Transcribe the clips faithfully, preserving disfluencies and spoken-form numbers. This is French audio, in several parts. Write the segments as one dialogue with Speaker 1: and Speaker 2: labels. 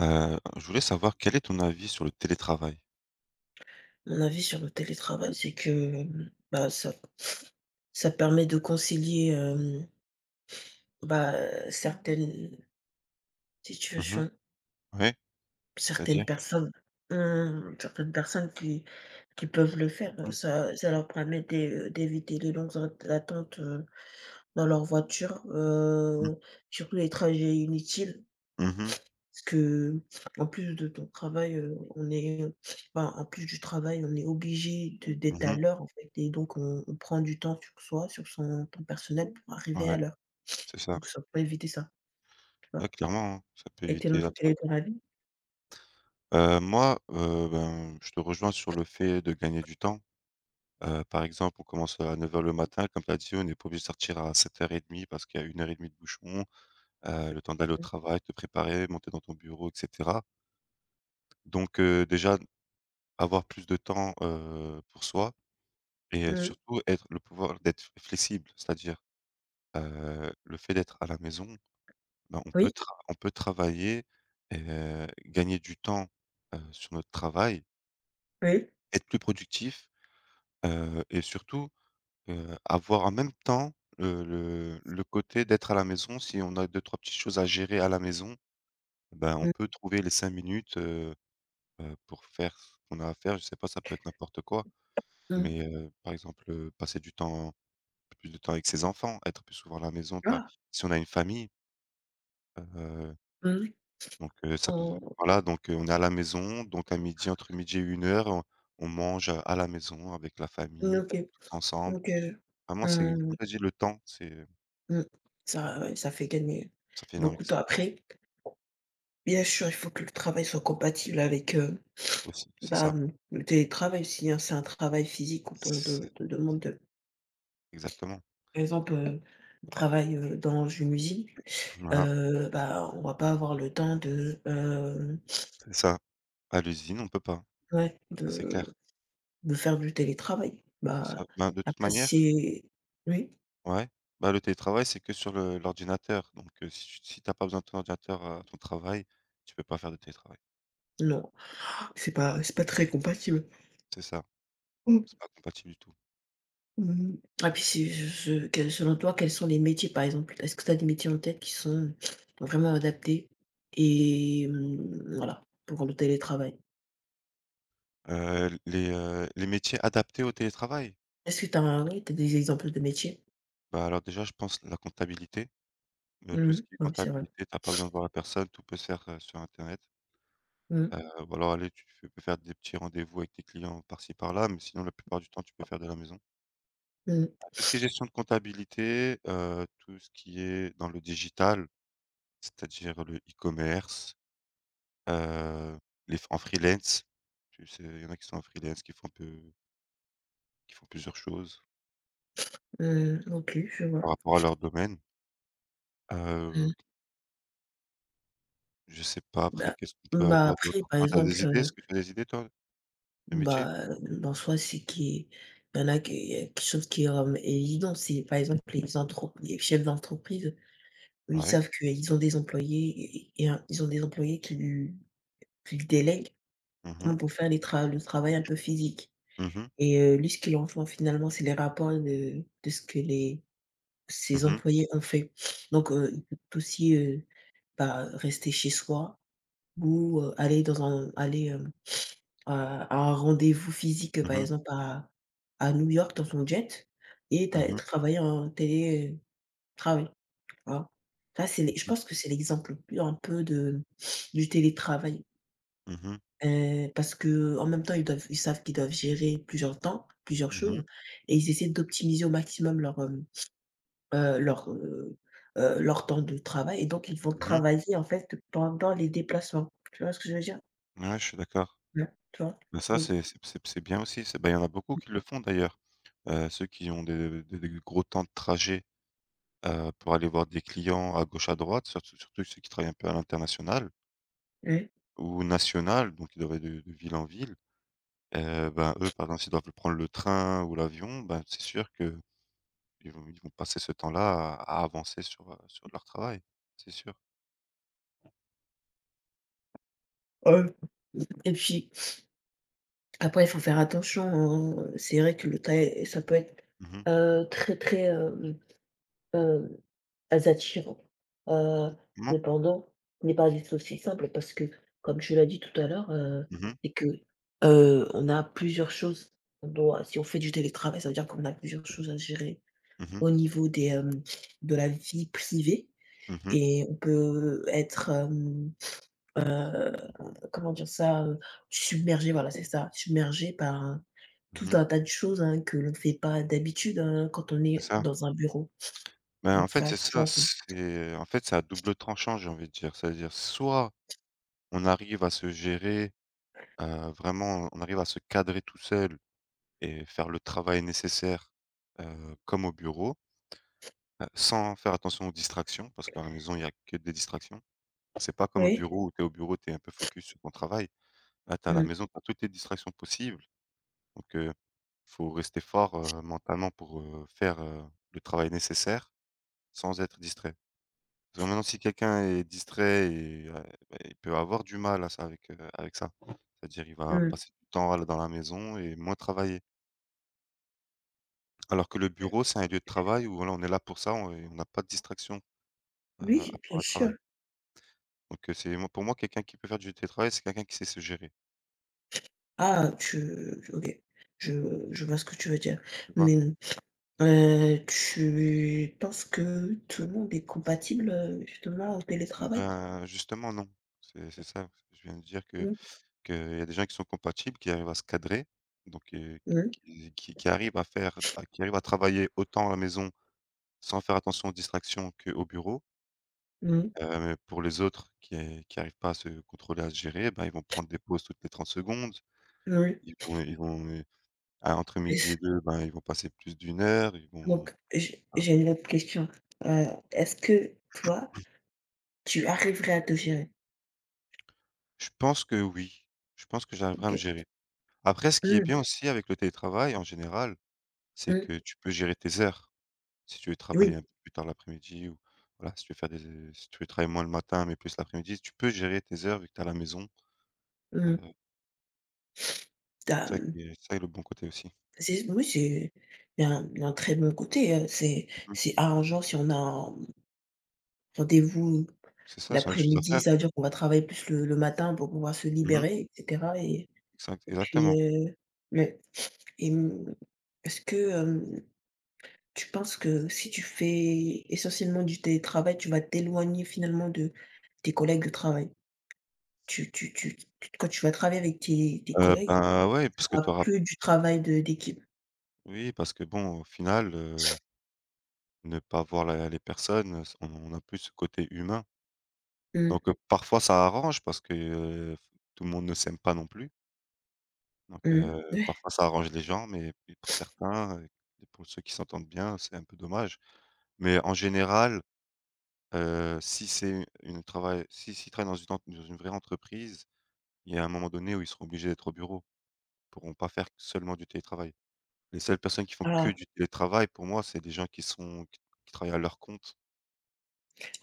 Speaker 1: Heu, je voulais savoir quel est ton avis sur le télétravail?
Speaker 2: Mon avis sur le télétravail, c'est que, mmh, bah, ça ça permet de concilier, hem, bah, certaines
Speaker 1: Mmh,
Speaker 2: situations,
Speaker 1: ouais,
Speaker 2: certaines
Speaker 1: c'est-à-dire?
Speaker 2: personnes mmh, certaines personnes qui qui peuvent le faire,
Speaker 1: Mmh mh.
Speaker 2: ça ça leur permet d'é d'éviter les longues at attentes, heu, dans leur voiture, heu, surtout les trajets inutiles.
Speaker 1: Mmh.
Speaker 2: Parce que, en plus de ton travail, heu, on est enfin, en plus du travail, on est obligé de d'être à
Speaker 1: Mmh.
Speaker 2: l'heure, en fait, et donc on on prend du temps sur soi, sur son temps personnel pour arriver à
Speaker 1: Ouais,
Speaker 2: l'heure.
Speaker 1: c'est ça.
Speaker 2: Donc ça peut éviter ça, tu vois?
Speaker 1: Ouais, clairement, hein, ça peut
Speaker 2: Et tu es
Speaker 1: éviter
Speaker 2: dans
Speaker 1: la
Speaker 2: tu es
Speaker 1: perte.
Speaker 2: la vie.
Speaker 1: Heu, moi, heu, ben, je te rejoins sur le fait de gagner du temps. Heu, par exemple, on commence à neuf heures le matin, comme tu as dit, on n'est pas obligé de sortir à sept heures trente parce qu'il y a une heure et demie de bouchon, heu, le temps d'aller au
Speaker 2: Mmh,
Speaker 1: travail, te préparer, monter dans ton bureau et cetera. Donc heu, déjà, avoir plus de temps, heu, pour soi et
Speaker 2: mmh,
Speaker 1: surtout être le pouvoir d'être flexible, c'est-à-dire Heu, le fait d'être à la maison, ben, on peut
Speaker 2: oui,
Speaker 1: tra on peut travailler et gagner du temps, heu, sur notre travail,
Speaker 2: oui,
Speaker 1: être plus productif, heu et surtout, heu, avoir en même temps le le le côté d'être à la maison. Si on a deux trois petites choses à gérer à la maison, ben, on
Speaker 2: mmh,
Speaker 1: peut trouver les cinq minutes, heu heu, pour faire ce qu'on a à faire. Je sais pas, ça peut être n'importe quoi,
Speaker 2: mmh,
Speaker 1: mais heu, par exemple, heu, passer du temps plus de temps avec ses enfants, être plus souvent à la maison, pas
Speaker 2: ah,
Speaker 1: si on a une famille, heu
Speaker 2: mmh,
Speaker 1: donc heu, ça peut
Speaker 2: oh,
Speaker 1: voilà, donc heu, on est à la maison, donc à midi entre midi et treize heures, on on mange à la maison avec la
Speaker 2: mmh,
Speaker 1: famille,
Speaker 2: OK,
Speaker 1: tous ensemble.
Speaker 2: OK,
Speaker 1: Vraiment, c'est comme
Speaker 2: mmh,
Speaker 1: tu dit, le temps, c'est,
Speaker 2: mmh. Ça, ouais, ça fait gagner
Speaker 1: ça fait énorme
Speaker 2: beaucoup de temps.
Speaker 1: c'est le temps
Speaker 2: Après, bien sûr, il faut que le travail soit compatible avec, heu
Speaker 1: aussi, c'est
Speaker 2: Bah,
Speaker 1: ça.
Speaker 2: mmh, le télétravail, si, hein, c'est un travail physique où on te
Speaker 1: C'est
Speaker 2: te demande de,
Speaker 1: exactement.
Speaker 2: par exemple, heu, on travaille, heu, dans une usine,
Speaker 1: Voilà,
Speaker 2: heu, bah, on va pas avoir le temps de, hem,
Speaker 1: c'est ça. À l'usine, on peut pas,
Speaker 2: ouais,
Speaker 1: ça c'est
Speaker 2: de
Speaker 1: clair.
Speaker 2: de faire du télétravail.
Speaker 1: C'est ça.
Speaker 2: Bah,
Speaker 1: Ben, de toute
Speaker 2: après
Speaker 1: manière
Speaker 2: si c'est. Oui?
Speaker 1: ouais, bah, le télétravail, c'est que sur le l'ordinateur, donc heu, si tu si tu pas besoin de ton ordinateur à ton travail, tu peux pas faire de télétravail.
Speaker 2: Non, c'est pas c'est pas très compatible.
Speaker 1: C'est ça,
Speaker 2: Mmh,
Speaker 1: c'est pas compatible du tout.
Speaker 2: mmh mh. Puis si je je quels Selon toi, quels sont les métiers, par exemple? Est-ce que tu as des métiers en tête qui sont vraiment adaptés et, mmh, voilà, pour le télétravail?
Speaker 1: Heu, les, heu, les métiers adaptés au télétravail?
Speaker 2: Est-ce que tu as oui, t'as des exemples de métiers?
Speaker 1: Bah, alors déjà je pense la comptabilité, heu, tout ce
Speaker 2: Mmh.
Speaker 1: qui est
Speaker 2: Ouais, c'est vrai.
Speaker 1: comptabilité, t'as pas besoin de voir la personne, tout peut se faire, heu, sur internet.
Speaker 2: Mmh.
Speaker 1: Heu, ou alors allez, tu fais peux faire des petits rendez-vous avec tes clients par-ci par-là, mais sinon la plupart du temps tu peux faire de la maison.
Speaker 2: Mmh.
Speaker 1: Bah, tout ce qui est gestion de comptabilité, heu, tout ce qui est dans le digital, c'est-à-dire le e-commerce, heu, les en freelance, tu sais, il y en a qui sont en freelance, qui font un peu qui font plusieurs choses
Speaker 2: Mmh. OK, je vois.
Speaker 1: par rapport à leur domaine. Heu
Speaker 2: Mmh.
Speaker 1: Je sais pas après
Speaker 2: Bah
Speaker 1: qu'est-ce qu'on peut
Speaker 2: bah,
Speaker 1: avoir
Speaker 2: après,
Speaker 1: d'autre?
Speaker 2: par
Speaker 1: Toi, tu as des
Speaker 2: exemple,
Speaker 1: idées?
Speaker 2: heu,
Speaker 1: Est-ce que tu as des idées toi, de métier?
Speaker 2: bah, hem, en soi, c'est qu'il y en a qui il y a quelque chose qui est, hem, évident, c'est, par exemple, les entre les chefs d'entreprise, eux, ils
Speaker 1: Ouais.
Speaker 2: savent qu'ils ont des employés, et et un ils ont des employés qui lui qui qu'ils délèguent justement
Speaker 1: Mhm,
Speaker 2: pour faire les tra le travail un peu physique,
Speaker 1: mhm,
Speaker 2: et heu, lui, ce qu'il en font finalement, c'est les rapports de de ce que les Ses
Speaker 1: mhm,
Speaker 2: employés ont fait. Donc, heu, il peut aussi, heu, bah, rester chez soi ou, heu, aller dans un aller, hem, à à un rendez-vous physique, par
Speaker 1: mhm,
Speaker 2: exemple à à New York dans son jet, et
Speaker 1: mhm,
Speaker 2: tu
Speaker 1: mhm,
Speaker 2: travailler en télétravail, tu. Ça, c'est les
Speaker 1: mhm.
Speaker 2: je
Speaker 1: Mh.
Speaker 2: pense que c'est l'exemple le plus un peu de du télétravail,
Speaker 1: Mmh.
Speaker 2: heu, parce que, en même temps, ils doivent ils savent qu'ils doivent gérer plusieurs temps, plusieurs choses,
Speaker 1: Mmh.
Speaker 2: et ils essaient d'optimiser au maximum leur, hem Heu, leur, heu heu, leur temps de travail, et donc ils vont
Speaker 1: Mmh.
Speaker 2: travailler, en fait, pendant les déplacements. Tu vois ce que je veux dire?
Speaker 1: Ouais, je suis d'accord.
Speaker 2: Mmh. Tu vois?
Speaker 1: Bah, ça
Speaker 2: Donc
Speaker 1: c'est c'est c'est c'est bien aussi. C'est ben il y en a beaucoup qui le font d'ailleurs. Heu, ceux qui ont des des des gros temps de trajet, heu, pour aller voir des clients à gauche, à droite, surtout surtout ceux qui travaillent un peu à l'international
Speaker 2: oui.
Speaker 1: ou national, donc ils doivent aller de de ville en ville. Heu, ben, eux, par exemple, s'ils doivent prendre le train ou l'avion, ben, c'est sûr que Ils vont ils vont passer ce temps-là à à avancer sur, heu, sur leur travail, c'est sûr.
Speaker 2: Heu et puis, après, il faut faire attention, hein, c'est vrai que le travail ça peut être,
Speaker 1: Mmh.
Speaker 2: heu, très, très, hem, heu, attirant, heu,
Speaker 1: Non.
Speaker 2: cependant, ce n'est pas juste aussi simple, parce que, comme je l'ai dit tout à l'heure, heu,
Speaker 1: Mmh mh.
Speaker 2: c'est que, heu, on a plusieurs choses. On doit Si on fait du télétravail, ça veut dire qu'on a plusieurs choses à gérer.
Speaker 1: Mmh mh.
Speaker 2: Au niveau des, hem, de la vie privée,
Speaker 1: Mmh.
Speaker 2: et on peut être, hem, heu, comment dire ça? Heu, submergé, voilà, c'est ça, submergé par, heu, tout
Speaker 1: Mmh.
Speaker 2: un tas de choses, hein, que l'on ne fait pas d'habitude, hein, quand on
Speaker 1: C'est
Speaker 2: est
Speaker 1: ça.
Speaker 2: dans un bureau.
Speaker 1: Ben,
Speaker 2: Donc
Speaker 1: en fait,
Speaker 2: faire
Speaker 1: c'est ça,
Speaker 2: attention.
Speaker 1: c'est en fait, c'est à double tranchant, j'ai envie de dire. C'est-à-dire soit on arrive à se gérer, heu, vraiment, on arrive à se cadrer tout seul et faire le travail nécessaire, heu, comme au bureau, heu, sans faire attention aux distractions, parce qu'à la maison, il y a que des distractions. C'est pas comme au
Speaker 2: Oui.
Speaker 1: bureau où tu es au bureau, tu es un peu focus sur ton travail. Là, tu à la
Speaker 2: Mmh,
Speaker 1: maison, tu as toutes les distractions possibles, donc euh, faut rester fort, heu, mentalement pour, heu, faire, heu, le travail nécessaire sans être distrait. Parce que maintenant si quelqu'un est distrait et heu, bah, il peut avoir du mal à ça avec, heu, avec ça. C'est-à-dire il va
Speaker 2: mmh,
Speaker 1: passer du temps à dans la maison et moins travailler. Alors que le
Speaker 2: ouais.
Speaker 1: bureau, c'est un lieu de travail où voilà, on est là pour ça, on et on n'a pas de distraction, heu, à
Speaker 2: Oui, bien
Speaker 1: part le
Speaker 2: sûr.
Speaker 1: travail. Donc heu, c'est moi pour moi quelqu'un qui peut faire du télétravail, c'est quelqu'un qui sait se gérer,
Speaker 2: Ah, tu OK. Je je vois ce que tu veux dire.
Speaker 1: tu vois?
Speaker 2: Mais, mmh, tu penses que tout le monde est compatible, heu, justement, au télétravail?
Speaker 1: Ben, justement non, c'est c'est ça, je viens de dire que
Speaker 2: Mmh.
Speaker 1: que il y a des gens qui sont compatibles, qui arrivent à se cadrer, donc heu,
Speaker 2: Mmh.
Speaker 1: qui qui qui arrivent à faire à qui arrivent à travailler autant à la maison sans faire attention aux distractions qu'au bureau.
Speaker 2: Mmh.
Speaker 1: Heu, mais pour les autres qui a qui arrivent pas à se contrôler, à se gérer, ben, ils vont prendre des pauses toutes les trente secondes.
Speaker 2: Oui.
Speaker 1: Ils vont ils vont, heu, à entre
Speaker 2: Oui.
Speaker 1: midi et deux ben, ils vont passer plus d'une heure, ils vont
Speaker 2: Donc j'ai
Speaker 1: enfin,
Speaker 2: j'ai une autre question. Heu, Est-ce que toi, tu arriverais à te gérer?
Speaker 1: je pense que oui, je pense que j'arriverai à me
Speaker 2: OK.
Speaker 1: gérer. Après ce qui est
Speaker 2: Mmh,
Speaker 1: bien aussi avec le télétravail en général, c'est
Speaker 2: mmh,
Speaker 1: que tu peux gérer tes heures. Si tu veux travailler
Speaker 2: oui,
Speaker 1: un peu plus tard l'après-midi ou voilà, si tu veux faire des euh, si tu veux travailler moins le matin, mais plus l'après-midi, tu peux gérer tes heures vu que tu es à la maison, heu,
Speaker 2: mmh. Tu
Speaker 1: ça
Speaker 2: mmh,
Speaker 1: qui est ça est le bon côté aussi.
Speaker 2: c'est oui, c'est, il y a un il y a un très bon côté, heu, c'est
Speaker 1: Mmh mh.
Speaker 2: c'est arrangeant si on a un rendez-vous
Speaker 1: C'est ça, c'est des choses à
Speaker 2: l'après-midi,
Speaker 1: faire.
Speaker 2: ça veut dire qu'on va travailler plus le le matin pour pouvoir se
Speaker 1: Mmh mh.
Speaker 2: libérer, et cetera, et
Speaker 1: Exact
Speaker 2: et puis,
Speaker 1: exactement.
Speaker 2: heu, ouais, et mmh, est-ce que, hem tu penses que si tu fais essentiellement du télétravail, tu vas t'éloigner finalement de tes collègues de travail? Tu tu tu tu Quand tu vas travailler avec tes tes
Speaker 1: Heu,
Speaker 2: collègues,
Speaker 1: ben, ouais,
Speaker 2: ça
Speaker 1: parce que tu
Speaker 2: sera
Speaker 1: auras
Speaker 2: plus du travail de d'équipe.
Speaker 1: oui, parce que bon, au final, heu, ne pas voir la les personnes, heu, on on a plus ce côté humain.
Speaker 2: Mmh,
Speaker 1: Donc heu, parfois ça arrange parce que, heu, f tout le monde ne s'aime pas non plus. Donc heu,
Speaker 2: mmh.
Speaker 1: parfois ça arrange les gens, mais mais pour certains, heu, et pour ceux qui s'entendent bien, c'est un peu dommage. Mais en général, heu, si c'est une travail si s'ils travaillent dans une ent dans une vraie entreprise, il y a un moment donné où ils seront obligés d'être au bureau. Ils pourront pas faire seulement du télétravail. Les seules personnes qui font que
Speaker 2: Ah,
Speaker 1: du télétravail, pour moi, c'est des gens qui sont qui qui travaillent à leur compte.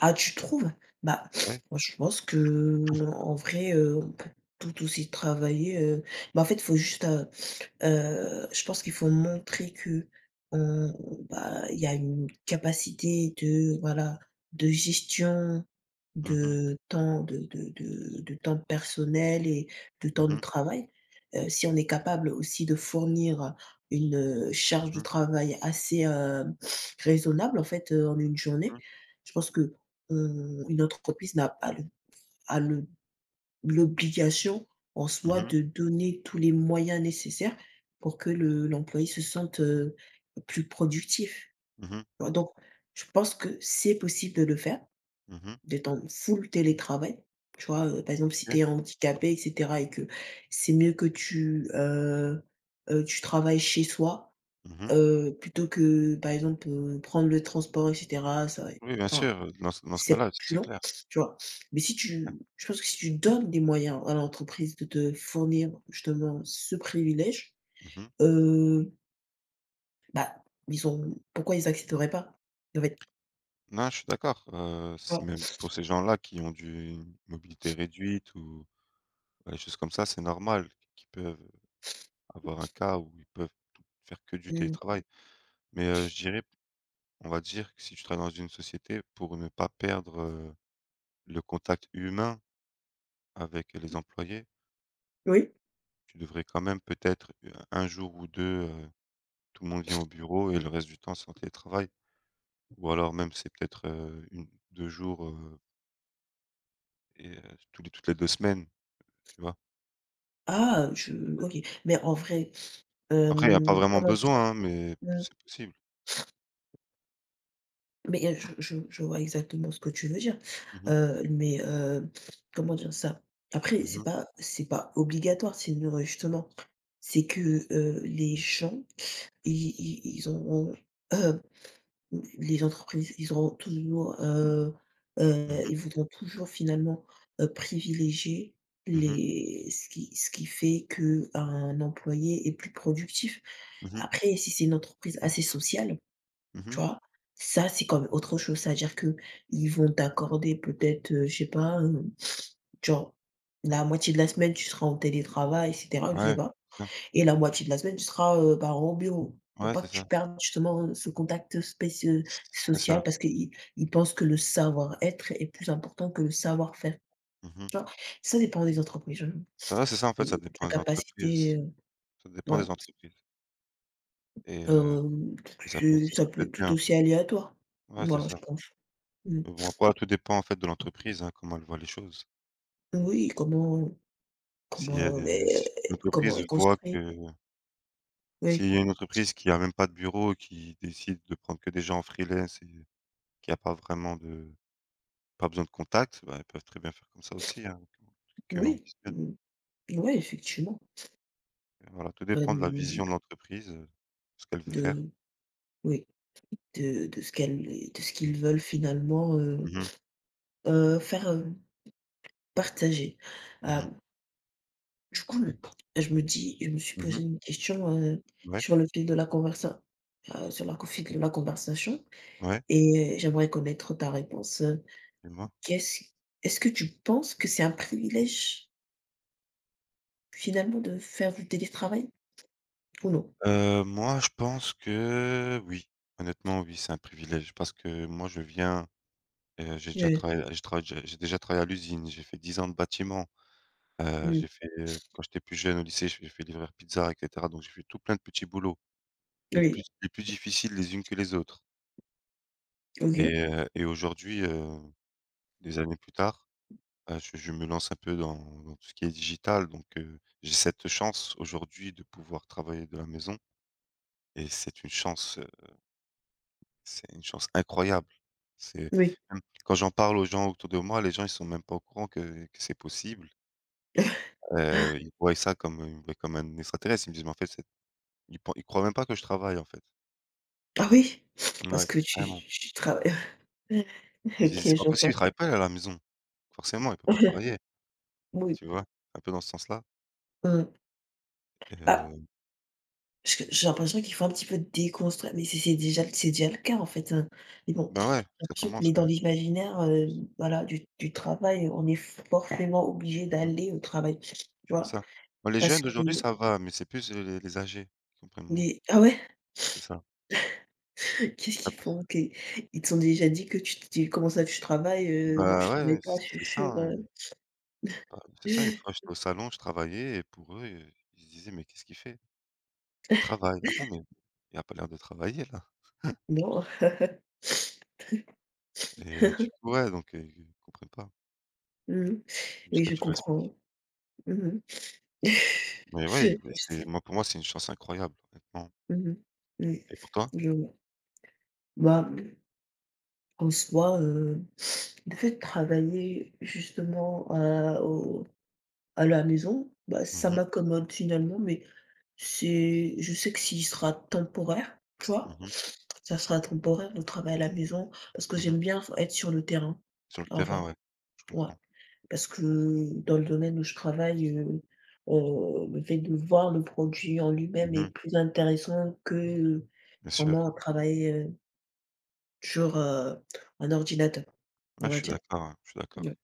Speaker 2: ah, tu trouves? Bah,
Speaker 1: Ouais.
Speaker 2: moi, je pense que, en vrai, heu, on peut tout aussi travailler, heu, bah, en fait, il faut juste, euh, Heu, je pense qu'il faut montrer qu'on bah, il y a une capacité de, voilà, de gestion
Speaker 1: Mmh mh.
Speaker 2: de temps, de de de de temps personnel, et de
Speaker 1: Mmh
Speaker 2: temps de
Speaker 1: mh.
Speaker 2: travail. Heu, si on est capable aussi de fournir une, heu, charge de
Speaker 1: Mmh mh.
Speaker 2: travail assez, hem, raisonnable, en fait, heu, en une journée,
Speaker 1: Mmh.
Speaker 2: je pense qu'on une entreprise n'a pas le, a le, l'obligation en soi
Speaker 1: Mmh.
Speaker 2: de donner tous les moyens nécessaires pour que le l'employé se sente, heu, plus productif.
Speaker 1: Mmh.
Speaker 2: Alors, donc, je pense que c'est possible de le faire,
Speaker 1: Mmh.
Speaker 2: d'être en full télétravail. Tu vois, heu, par exemple, si tu
Speaker 1: OK.
Speaker 2: es handicapé, et cetera, et que c'est mieux que tu, heu heu, tu travailles chez soi,
Speaker 1: Mmh.
Speaker 2: heu, plutôt que, par exemple, heu, prendre le transport, et cetera, ça
Speaker 1: Oui, bien
Speaker 2: enfin,
Speaker 1: sûr, dans ce dans ce
Speaker 2: c'est
Speaker 1: cas-là,
Speaker 2: peut-être
Speaker 1: c'est
Speaker 2: plus
Speaker 1: c'est
Speaker 2: lent,
Speaker 1: clair.
Speaker 2: tu vois? Mais si tu je pense que si tu donnes des moyens à l'entreprise de te fournir justement ce privilège,
Speaker 1: Mmh.
Speaker 2: heu, bah, ils ont pourquoi ils accepteraient pas? En fait,
Speaker 1: Non, je suis d'accord, heu,
Speaker 2: tu vois?
Speaker 1: c'est même pour ces gens-là qui ont du une mobilité réduite ou, bah, des choses comme ça, c'est normal qu'ils peuvent avoir un cas où ils peuvent faire que du
Speaker 2: Mmh.
Speaker 1: télétravail. Mais, heu, je dirais, on va dire que si tu travailles dans une société, pour ne pas perdre, heu, le contact humain avec les employés,
Speaker 2: Oui?
Speaker 1: tu devrais quand même peut-être, heu, un jour ou deux, heu, tout le monde vient au bureau et le reste du temps c'est en télétravail. Ou alors même c'est peut-être, heu, un ou deux jours, heu et heu, tous les toutes les deux semaines, tu vois?
Speaker 2: Ah, je OK. Mais, en vrai,
Speaker 1: Après il y a pas
Speaker 2: hem,
Speaker 1: vraiment
Speaker 2: comment dire ça?
Speaker 1: besoin, hein, mais
Speaker 2: Mmh,
Speaker 1: c'est possible.
Speaker 2: mais, heu, je je je vois exactement ce que tu veux dire,
Speaker 1: Mmh mh.
Speaker 2: heu, mais, heu, comment dire ça? Après,
Speaker 1: Mmh
Speaker 2: c'est
Speaker 1: mh.
Speaker 2: pas c'est pas obligatoire, c'est une justement, c'est que, heu, les gens. Ils ils ils auront, heu, les entreprises, ils auront toujours, heu heu,
Speaker 1: Mmh mh.
Speaker 2: ils voudront toujours finalement, heu, privilégier les ce qui ce qui fait qu'un employé est plus productif.
Speaker 1: Mmh.
Speaker 2: Après, si c'est une entreprise assez sociale, tu
Speaker 1: Mmh.
Speaker 2: vois? Ça, c'est quand même autre chose. C'est-à-dire qu'ils vont t'accorder peut-être, heu, je sais pas, heu, genre la moitié de la semaine, tu seras en télétravail, et cetera, je sais
Speaker 1: Ouais,
Speaker 2: pas.
Speaker 1: c'est ça.
Speaker 2: Et la moitié de la semaine, tu seras, heu, bah, au bureau pour
Speaker 1: Ouais,
Speaker 2: pas
Speaker 1: c'est
Speaker 2: que tu
Speaker 1: ça.
Speaker 2: perdes justement, heu, ce contact spéci
Speaker 1: C'est
Speaker 2: social,
Speaker 1: ça.
Speaker 2: parce qu'ils ils pensent que le savoir-être est plus important que le savoir-faire,
Speaker 1: Mmh.
Speaker 2: tu vois? Ça dépend des entreprises, hein,
Speaker 1: Ouais, c'est ça, en fait,
Speaker 2: de de
Speaker 1: ça
Speaker 2: la
Speaker 1: dépend des
Speaker 2: capacité,
Speaker 1: entreprises.
Speaker 2: heu,
Speaker 1: Ça dépend
Speaker 2: ouais,
Speaker 1: des entreprises et heu
Speaker 2: hem,
Speaker 1: et ça peut
Speaker 2: c'est
Speaker 1: ça
Speaker 2: ça
Speaker 1: ça
Speaker 2: peut
Speaker 1: peut
Speaker 2: être
Speaker 1: être
Speaker 2: tout
Speaker 1: bien.
Speaker 2: aussi aléatoire.
Speaker 1: Ouais, c'est
Speaker 2: Voilà,
Speaker 1: ça.
Speaker 2: je pense. Mmh.
Speaker 1: Mais bon, après, tout dépend, en fait, de l'entreprise, hein, comment elle voit les choses.
Speaker 2: Oui, comment
Speaker 1: Si elle
Speaker 2: comment, beh,
Speaker 1: est si
Speaker 2: comment est
Speaker 1: l'entreprise voit
Speaker 2: construit.
Speaker 1: que
Speaker 2: Oui,
Speaker 1: s'il y a une entreprise qui a même pas de bureau, qui décide de prendre que des gens en freelance et qui a pas vraiment de pas besoin de contacts, bah, ils peuvent très bien faire comme ça aussi, hein, qu'en
Speaker 2: oui,
Speaker 1: distanciel.
Speaker 2: mmh, ouais, effectivement,
Speaker 1: Voilà, tout dépend de la
Speaker 2: hem,
Speaker 1: vision de l'entreprise, heu, ce qu'elle veut faire.
Speaker 2: de oui. De de ce qu'elles de ce
Speaker 1: Mmh.
Speaker 2: qu'ils veulent finalement, heu
Speaker 1: Mmh mh.
Speaker 2: heu, faire, heu, partager.
Speaker 1: Mmh.
Speaker 2: Hem, du coup, je me dis je me suis posé
Speaker 1: Mmh.
Speaker 2: une question, heu,
Speaker 1: Ouais,
Speaker 2: sur le fil de la conversation sur la co fil de la conversation
Speaker 1: ouais,
Speaker 2: et j'aimerais connaître ta réponse, heu.
Speaker 1: dis-moi?
Speaker 2: Qu'est-ce est-ce que tu penses que c'est un privilège, finalement, de faire du télétravail ou non?
Speaker 1: Heu, moi, je pense que oui. Honnêtement, oui, c'est un privilège parce que moi, je viens, heu, j'ai déjà
Speaker 2: Oui.
Speaker 1: travaillé j'ai trava j'ai j'ai déjà travaillé à l'usine, j'ai fait dix ans de bâtiment, heu,
Speaker 2: Mmh.
Speaker 1: j'ai fait, heu, quand j'étais plus jeune au lycée, j'ai fait livreur pizza et cetera, donc j'ai fait tout plein de petits boulots, les plus
Speaker 2: Oui.
Speaker 1: les plus difficiles les unes que les autres
Speaker 2: OK.
Speaker 1: et heu et aujourd'hui, heu, des années plus tard, heu, je je me lance un peu dans dans tout ce qui est digital, donc heu, j'ai cette chance aujourd'hui de pouvoir travailler de la maison et c'est une chance. C'est une chance incroyable. C'est
Speaker 2: Oui.
Speaker 1: même quand j'en parle aux gens autour de moi, les gens ils sont même pas au courant que que c'est possible. Heu, ils voient ça comme, ils me voient comme un extraterrestre. Ils me disent: «Mais en fait, c'est». Ils pen ils croient même pas que je travaille, en fait.
Speaker 2: Ah oui! Parce
Speaker 1: Ouais,
Speaker 2: que tu
Speaker 1: vraiment.
Speaker 2: tu travailles.
Speaker 1: Ils se disent:
Speaker 2: OK,
Speaker 1: «C'est pas
Speaker 2: je
Speaker 1: possible,
Speaker 2: vois.
Speaker 1: il travaille pas, à la maison. Forcément, il peut pas travailler»,
Speaker 2: Oui.
Speaker 1: tu vois? Un peu dans ce sens-là.
Speaker 2: Mmh. Bah,
Speaker 1: Heu,
Speaker 2: parce j'ai l'impression qu'il faut un petit peu déconstruire, mais c'est c'est déjà c'est déjà le cas, en fait, heu, mais bon, j'ai
Speaker 1: Bah, ouais, ça
Speaker 2: l'impression qu'on
Speaker 1: commence,
Speaker 2: est dans
Speaker 1: ouais.
Speaker 2: l'imaginaire, heu, voilà, du du travail, on est forcément obligé
Speaker 1: Mmh.
Speaker 2: d'aller au travail, tu
Speaker 1: C'est
Speaker 2: vois?
Speaker 1: ça. Bah, les
Speaker 2: Parce
Speaker 1: jeunes
Speaker 2: que
Speaker 1: d'aujourd'hui, ça va, mais c'est plus, heu, les les âgés qui comprennent moins.
Speaker 2: les Ah, ouais?
Speaker 1: C'est ça.
Speaker 2: Qu'est-ce qu'ils
Speaker 1: Ah.
Speaker 2: font? Qu'est Ils t'ont déjà dit que tu tu comment ça tu travailles? Heu, non,
Speaker 1: Bah,
Speaker 2: tu travailles
Speaker 1: ouais,
Speaker 2: pas, je suis
Speaker 1: c'est ça,
Speaker 2: sûre, heu,
Speaker 1: ouais. Bah, c'est ça, une fois j'étais au salon, je travaillais et pour eux, heu, ils se disaient: «Mais qu'est-ce qu'il fait? Il travaille». «Ah bon, mais il a pas l'air de travailler là»
Speaker 2: non.
Speaker 1: et du coup, ouais, donc heu, ils comprennent pas
Speaker 2: Mmh mh. Oui,
Speaker 1: jusqu'à
Speaker 2: je
Speaker 1: tu leur expliques.
Speaker 2: comprends. Mmh mh.
Speaker 1: Mais ouais, bah,
Speaker 2: Juste.
Speaker 1: c'est moi pour moi, c'est une chance incroyable, honnêtement.
Speaker 2: Mmh mh. Mmh.
Speaker 1: Et pour toi?
Speaker 2: Je vois. Bah, en soi, heu, le fait de travailler justement à au à la maison, bah, ça
Speaker 1: Mmh mh.
Speaker 2: m'accommode finalement, mais c'est je sais que s'il sera temporaire, tu
Speaker 1: Mmh
Speaker 2: vois?
Speaker 1: mh.
Speaker 2: Ça sera temporaire, le travail à la maison, parce que
Speaker 1: Mmh
Speaker 2: j'aime
Speaker 1: mh.
Speaker 2: bien être sur le terrain,
Speaker 1: Sur le
Speaker 2: en vrai,
Speaker 1: terrain, ouais, je
Speaker 2: ouais.
Speaker 1: comprends.
Speaker 2: Parce que, dans le domaine où je travaille, heu heu, le fait de voir le produit en lui-même
Speaker 1: Mmh mh.
Speaker 2: est plus intéressant que, euh,
Speaker 1: Bien sûr.
Speaker 2: vraiment travailler, heu, sur, heu, un ordinateur,
Speaker 1: Ouais,
Speaker 2: on
Speaker 1: je
Speaker 2: va
Speaker 1: suis
Speaker 2: dire.
Speaker 1: d'accord, ouais, je suis d'accord.
Speaker 2: Yeah.